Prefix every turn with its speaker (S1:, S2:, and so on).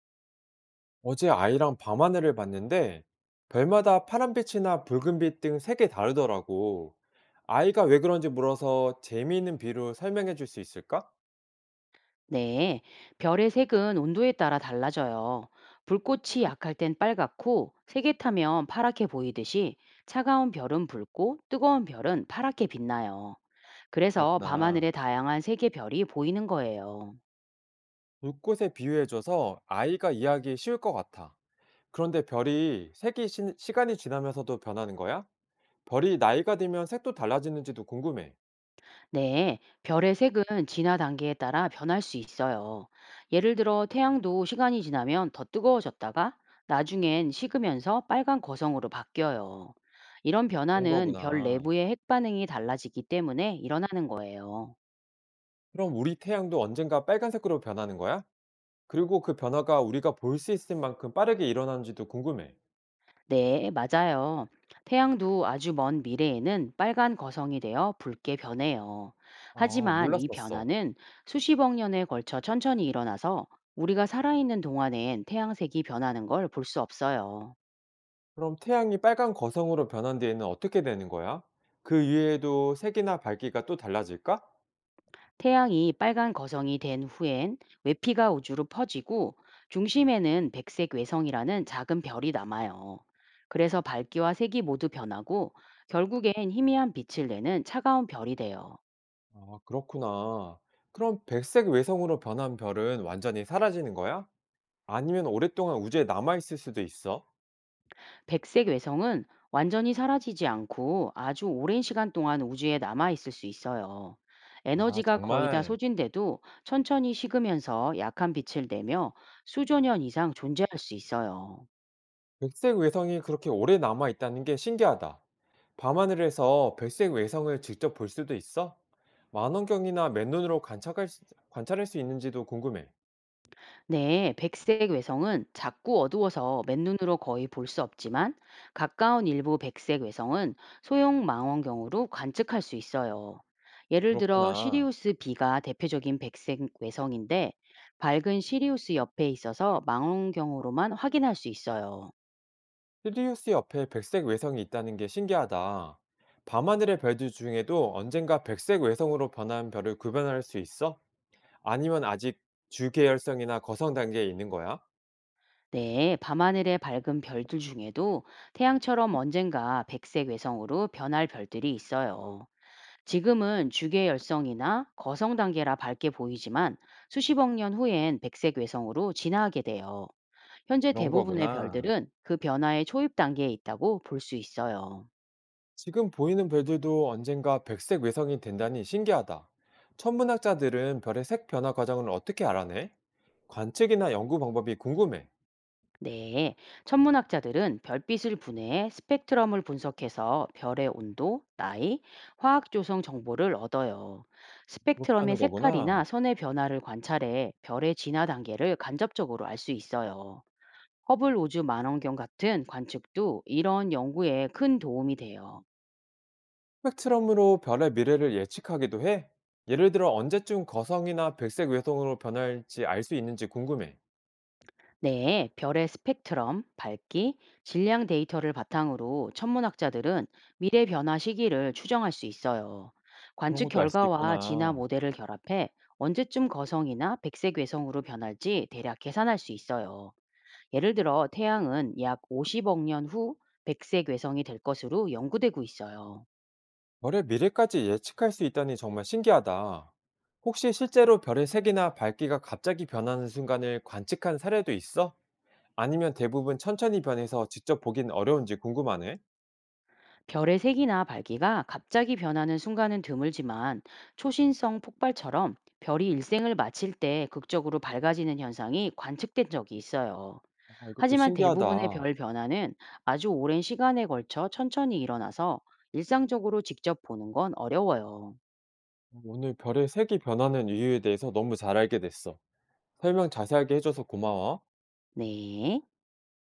S1: 어제 아이랑 밤하늘을 봤는데 별마다 파란빛이나 붉은빛 등 색이 다르더라고. 아이가 왜 그런지 물어서 재미있는 비로 설명해 줄 수 있을까?
S2: 네, 별의 색은 온도에 따라 달라져요. 불꽃이 약할 땐 빨갛고 세게 타면 파랗게 보이듯이 차가운 별은 붉고 뜨거운 별은 파랗게 빛나요. 그래서
S1: 그렇구나.
S2: 밤하늘의 다양한 색의 별이 보이는 거예요.
S1: 불꽃에 비유해줘서 아이가 이해하기 쉬울 것 같아. 그런데 별이 색이 간이 지나면서도 변하는 거야? 별이 나이가 들면 색도 달라지는지도 궁금해.
S2: 네, 별의 색은 진화 단계에 따라 변할 수 있어요. 예를 들어 태양도 시간이 지나면 더 뜨거워졌다가 나중엔 식으면서 빨간 거성으로 바뀌어요. 이런
S1: 그런
S2: 변화는 별
S1: 거구나.
S2: 내부의 핵 반응이 달라지기 때문에 일어나는 거예요.
S1: 그럼 우리 태양도 언젠가 빨간색으로 변하는 거야? 그리고 그 변화가 우리가 볼 수 있을 만큼 빠르게 일어나는지도 궁금해.
S2: 네, 맞아요. 태양도 아주 먼 미래에는 빨간 거성이 되어 붉게 변해요.
S1: 아,
S2: 하지만 이
S1: 몰랐었어.
S2: 변화는 수십억 년에 걸쳐 천천히 일어나서 우리가 살아있는 동안엔 태양색이 변하는 걸 볼 수 없어요.
S1: 그럼 태양이 빨간 거성으로 변한 뒤에는 어떻게 되는 거야? 그 위에도 색이나 밝기가 또 달라질까?
S2: 태양이 빨간 거성이 된 후엔 외피가 우주로 퍼지고 중심에는 백색 외성이라는 작은 별이 남아요. 그래서 밝기와 색이 모두 변하고 결국엔 희미한 빛을 내는 차가운 별이 돼요.
S1: 아, 그렇구나. 그럼 백색 외성으로 변한 별은 완전히 사라지는 거야? 아니면 오랫동안 우주에 남아있을 수도 있어?
S2: 백색 외성은 완전히 사라지지 않고 아주 오랜 시간 동안 우주에 남아 있을 수 있어요.
S1: 아,
S2: 에너지가 거의 다
S1: 정말.
S2: 소진돼도 천천히 식으면서 약한 빛을 내며 수조 년 이상 존재할 수 있어요.
S1: 백색 외성이 그렇게 오래 남아있다는 게 신기하다. 밤하늘에서 백색 외성을 직접 볼 수도 있어? 망원경이나 맨눈으로 관찰할 수, 관찰할 수 있는지도 궁금해.
S2: 네, 백색 외성은 자꾸 어두워서 맨눈으로 거의 볼 수 없지만 가까운 일부 백색 외성은 소형 망원경으로 관측할 수 있어요. 예를 들어
S1: 그렇구나.
S2: 시리우스 B가 대표적인 백색 외성인데 밝은 시리우스 옆에 있어서 망원경으로만 확인할 수 있어요.
S1: 시리우스 옆에 백색 외성이 있다는 게 신기하다. 밤하늘의 별들 중에도 언젠가 백색 외성으로 변한 별을 구별할 수 있어? 아니면 아직 주계열성이나 거성 단계에 있는 거야?
S2: 네, 밤하늘의 밝은 별들 중에도 태양처럼 언젠가 백색 외성으로 변할 별들이 있어요. 지금은 주계 열성이나 거성 단계라 밝게 보이지만 수십억 년 후엔 백색 외성으로 진화하게 돼요. 현재
S1: 그런
S2: 대부분의
S1: 거구나.
S2: 별들은 그 변화의 초입 단계에 있다고 볼 수 있어요.
S1: 지금 보이는 별들도 언젠가 백색 외성이 된다니 신기하다. 천문학자들은 별의 색 변화 과정을 어떻게 알아내? 관측이나 연구 방법이 궁금해.
S2: 네. 천문학자들은 별빛을 분해해 스펙트럼을 분석해서 별의 온도, 나이, 화학 조성 정보를 얻어요.
S1: 그렇게
S2: 스펙트럼의
S1: 하는
S2: 색깔이나
S1: 거구나.
S2: 선의 변화를 관찰해 별의 진화 단계를 간접적으로 알 수 있어요. 허블 우주 망원경 같은 관측도 이런 연구에 큰 도움이 돼요.
S1: 스펙트럼으로 별의 미래를 예측하기도 해? 예를 들어 언제쯤 거성이나 백색 외성으로 변할지 알 수 있는지 궁금해.
S2: 네, 별의 스펙트럼, 밝기, 질량 데이터를 바탕으로 천문학자들은 미래 변화 시기를 추정할 수 있어요.
S1: 그런
S2: 관측
S1: 것도 알 수
S2: 결과와 진화
S1: 있구나.
S2: 모델을 결합해 언제쯤 거성이나 백색 외성으로 변할지 대략 계산할 수 있어요. 예를 들어 태양은 약 50억 년 후 백색 외성이 될 것으로 연구되고 있어요.
S1: 별의 미래까지 예측할 수 있다니 정말 신기하다. 혹시 실제로 별의 색이나 밝기가 갑자기 변하는 순간을 관측한 사례도 있어? 아니면 대부분 천천히 변해서 직접 보긴 어려운지 궁금하네.
S2: 별의 색이나 밝기가 갑자기 변하는 순간은 드물지만 초신성 폭발처럼 별이 일생을 마칠 때 극적으로 밝아지는 현상이 관측된 적이 있어요.
S1: 아, 이것도
S2: 하지만 대부분의
S1: 신기하다.
S2: 별 변화는 아주 오랜 시간에 걸쳐 천천히 일어나서 일상적으로 직접 보는 건 어려워요.
S1: 오늘 별의 색이 변하는 이유에 대해서 너무 잘 알게 됐어. 설명 자세하게 해줘서 고마워.
S2: 네.